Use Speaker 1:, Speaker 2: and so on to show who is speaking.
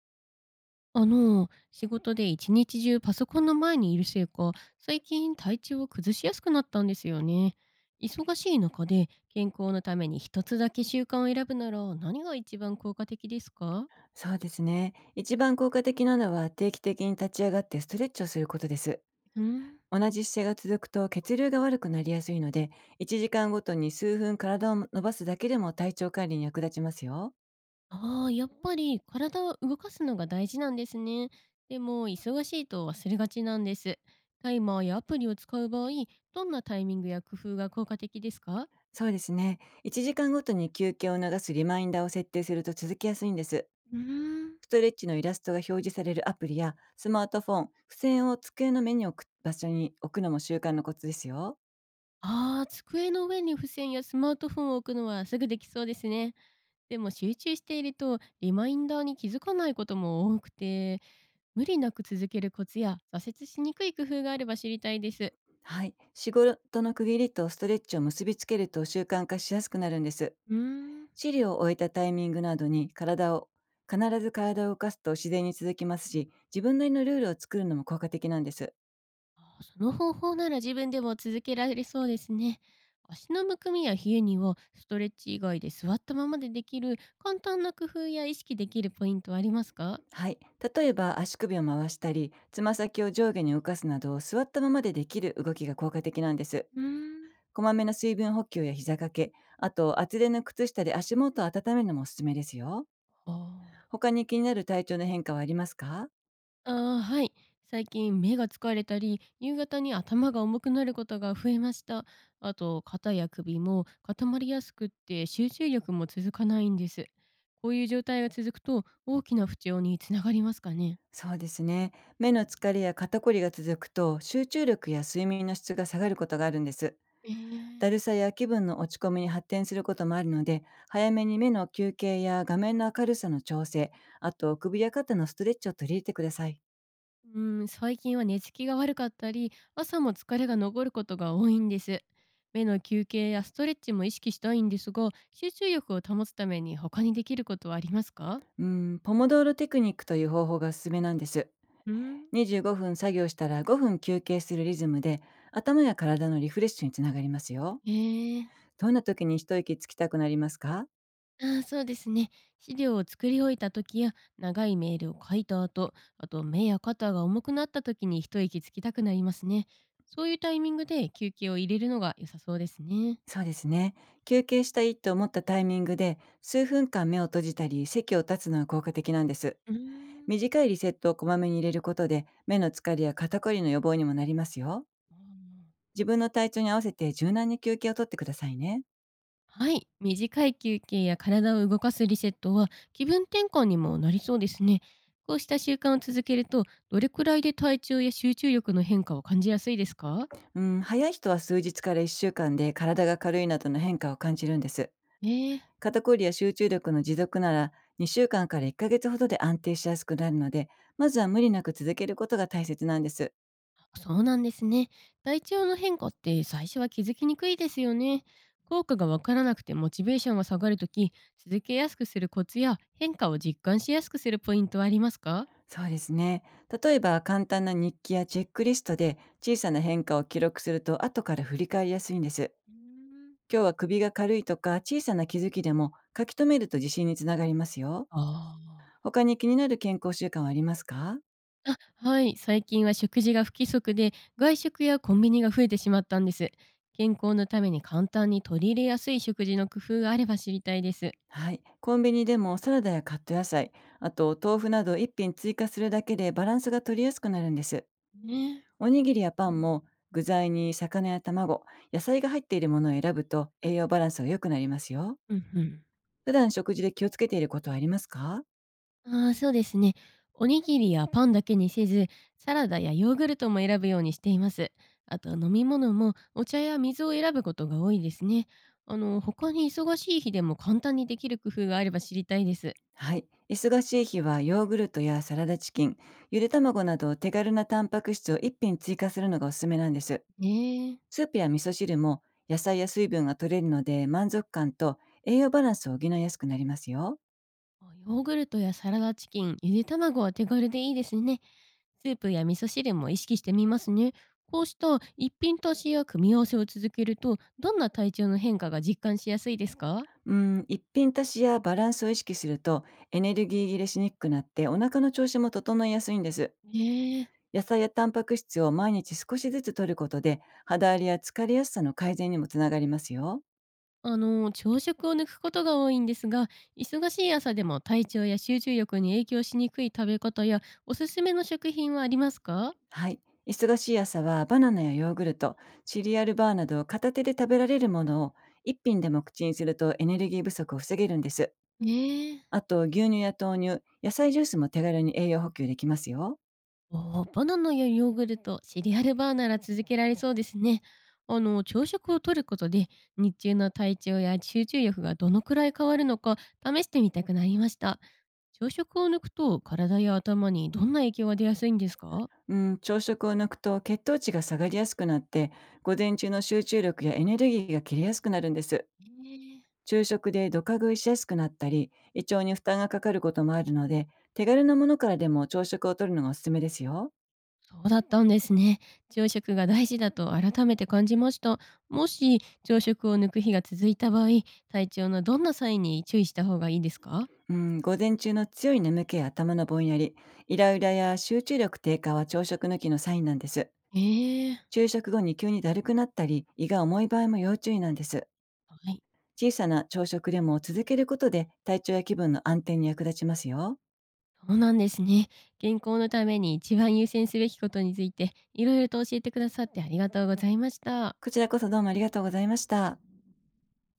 Speaker 1: 仕事で一日中パソコンの前にいるせいか、最近体調を崩しやすくなったんですよね。忙しい中で健康のために一つだけ習慣を選ぶなら何が一番効果的ですか？
Speaker 2: そうですね。一番効果的なのは定期的に立ち上がってストレッチをすることです。
Speaker 1: うん。
Speaker 2: 同じ姿勢が続くと血流が悪くなりやすいので、1時間ごとに数分体を伸ばすだけでも体調管理に役立ちますよ。
Speaker 1: ああ、やっぱり体を動かすのが大事なんですね。でも、忙しいと忘れがちなんです。タイマーやアプリを使う場合、どんなタイミングや工夫が効果的ですか？
Speaker 2: そうですね。1時間ごとに休憩を促すリマインダーを設定すると続きやすいんです。
Speaker 1: うーん。
Speaker 2: ストレッチのイラストが表示されるアプリやスマートフォン、付箋を机の目に置く場所に置くのも習慣のコツですよ。
Speaker 1: ああ、机の上に付箋やスマートフォンを置くのはすぐできそうですね。でも集中しているとリマインダーに気づかないことも多くて、無理なく続けるコツや挫折しにくい工夫があれば知りたいです。
Speaker 2: はい。仕事の区切りとストレッチを結びつけると習慣化しやすくなるんです。
Speaker 1: うーん。
Speaker 2: 治療を終えたタイミングなどに必ず体を動かすと自然に続きますし、自分なりのルールを作るのも効果的なんです。
Speaker 1: あー、その方法なら自分でも続けられそうですね。足のむくみや冷えにはストレッチ以外で座ったままでできる簡単な工夫や意識できるポイントはありますか？
Speaker 2: はい。例えば足首を回したり、つま先を上下に動かすなど座ったままでできる動きが効果的なんです。
Speaker 1: うーん。
Speaker 2: こまめな水分補給や膝掛け、あと厚手の靴下で足元を温めるのもおすすめですよ。
Speaker 1: ああー。
Speaker 2: 他に気になる体調の変化はありますか？
Speaker 1: ああ、はい。最近目が疲れたり、夕方に頭が重くなることが増えました。あと、肩や首も固まりやすくって集中力も続かないんです。こういう状態が続くと大きな不調につながりますかね。
Speaker 2: そうですね。目の疲れや肩こりが続くと集中力や睡眠の質が下がることがあるんです。
Speaker 1: え
Speaker 2: だる
Speaker 1: え。
Speaker 2: さや気分の落ち込みに発展することもあるので、早めに目の休憩や画面の明るさの調整、あと首や肩のストレッチを取り入れてください。
Speaker 1: うん、最近は寝つきが悪かったり、朝も疲れが残ることが多いんです。目の休憩やストレッチも意識したいんですが、集中力を保つために他にできることはありますか？
Speaker 2: うーポモドーロテクニックという方法がおすすめなんです。
Speaker 1: うん。
Speaker 2: 25分作業したら5分休憩するリズムで、頭や体のリフレッシュにつながりますよ。
Speaker 1: ええ。
Speaker 2: どんな時に一息つきたくなりますか？
Speaker 1: ああ、そうですね。資料を作り終えた時や長いメールを書いた後、あと目や肩が重くなった時に一息つきたくなりますね。そういうタイミングで休憩を入れるのが良さそうですね。
Speaker 2: そうですね。休憩したいと思ったタイミングで、数分間目を閉じたり、席を立つのが効果的なんです。
Speaker 1: うーん。
Speaker 2: 短いリセットをこまめに入れることで、目の疲れや肩こりの予防にもなりますよ。
Speaker 1: あの
Speaker 2: 自分の体調に合わせて柔軟に休憩をとってくださいね。
Speaker 1: はい、短い休憩や体を動かすリセットは気分転換にもなりそうですね。こうした習慣を続けると、どれくらいで体調や集中力の変化を感じやすいですか？
Speaker 2: うん、早い人は数日から1週間で体が軽いなどの変化を感じるんです。
Speaker 1: ええ。
Speaker 2: 肩こりや集中力の持続なら2週間かんから1ヶ月ほどで安定しやすくなるので、まずは無理なく続けることが大切なんです。
Speaker 1: そうなんですね。体調の変化って最初は気づきにくいですよね。効果がわからなくてモチベーションが下がるとき、続けやすくするコツや変化を実感しやすくするポイントはありますか？
Speaker 2: そうですね。例えば簡単な日記やチェックリストで小さな変化を記録すると後から振り返りやすいんです。
Speaker 1: うーん。
Speaker 2: 今日は首が軽いとか小さな気づきでも書き留めると自信につながりますよ。
Speaker 1: あー。
Speaker 2: 他に気になる健康習慣はありますか？
Speaker 1: あ、はい。最近は食事が不規則で、外食やコンビニが増えてしまったんです。健康のために簡単に取り入れやすい食事の工夫があれば知りたいです。
Speaker 2: はい。コンビニでもサラダやカット野菜、あと豆腐など一品追加するだけでバランスが取りやすくなるんです。
Speaker 1: ね。
Speaker 2: おにぎりやパンも具材に魚や卵、野菜が入っているものを選ぶと栄養バランスが良くなりますよ。
Speaker 1: うんうん。
Speaker 2: 普段食事で気をつけていることはありますか？
Speaker 1: ああ、そうですね。おにぎりやパンだけにせず、サラダやヨーグルトも選ぶようにしています。あと飲み物もお茶や水を選ぶことが多いですね。他に忙しい日でも簡単にできる工夫があれば知りたいです。
Speaker 2: はい。忙しい日はヨーグルトやサラダチキン、ゆで卵など手軽なタンパク質を一品追加するのがおすすめなんです。
Speaker 1: ねえ。
Speaker 2: スープや味噌汁も野菜や水分が取れるので、満足感と栄養バランスを補いやすくなりますよ。
Speaker 1: あ、ヨーグルトやサラダチキン、ゆで卵は手軽でいいですね。スープや味噌汁も意識してみますね。こうした一品足しや組み合わせを続けると、どんな体調の変化が実感しやすいですか？
Speaker 2: うん、一品足しやバランスを意識するとエネルギー切れしにくくなって、お腹の調子も整いやすいんです。
Speaker 1: ねえ。
Speaker 2: 野菜やタンパク質を毎日少しずつ摂ることで肌荒れや疲れやすさの改善にもつながりますよ。
Speaker 1: 朝食を抜くことが多いんですが、忙しい朝でも体調や集中力に影響しにくい食べ方やおすすめの食品はありますか？
Speaker 2: はい。忙しい朝はバナナやヨーグルト、シリアルバーなど片手で食べられるものを一品でも口にするとエネルギー不足を防げるんです。
Speaker 1: ねえ。
Speaker 2: あと牛乳や豆乳、野菜ジュースも手軽に栄養補給できますよ。
Speaker 1: おー、バナナやヨーグルト、シリアルバーなら続けられそうですね。朝食をとることで日中の体調や集中力がどのくらい変わるのか試してみたくなりました。朝食を抜くと体や頭にどんな影響が出やすいんですか？
Speaker 2: うん、朝食を抜くと血糖値が下がりやすくなって、午前中の集中力やエネルギーが切れやすくなるんです。
Speaker 1: ねえ。
Speaker 2: 昼食でドカ食いしやすくなったり、胃腸に負担がかかることもあるので、手軽なものからでも朝食をとるのがおすすめですよ。
Speaker 1: そうだったんですね。朝食が大事だと改めて感じました。もし朝食を抜く日が続いた場合、体調のどんなサインに注意した方がいいですか？
Speaker 2: うん、午前中の強い眠気や頭のぼんやり、イライラや集中力低下は朝食抜きのサインなんです。
Speaker 1: ええ。
Speaker 2: 昼食後に急にだるくなったり、胃が重い場合も要注意なんです。
Speaker 1: はい。
Speaker 2: 小さな朝食でも続けることで体調や気分の安定に役立ちますよ。
Speaker 1: そうなんですね。健康のために一番優先すべきことについて、いろいろと教えてくださってありがとうございました。
Speaker 2: こちらこそどうもありがとうございました。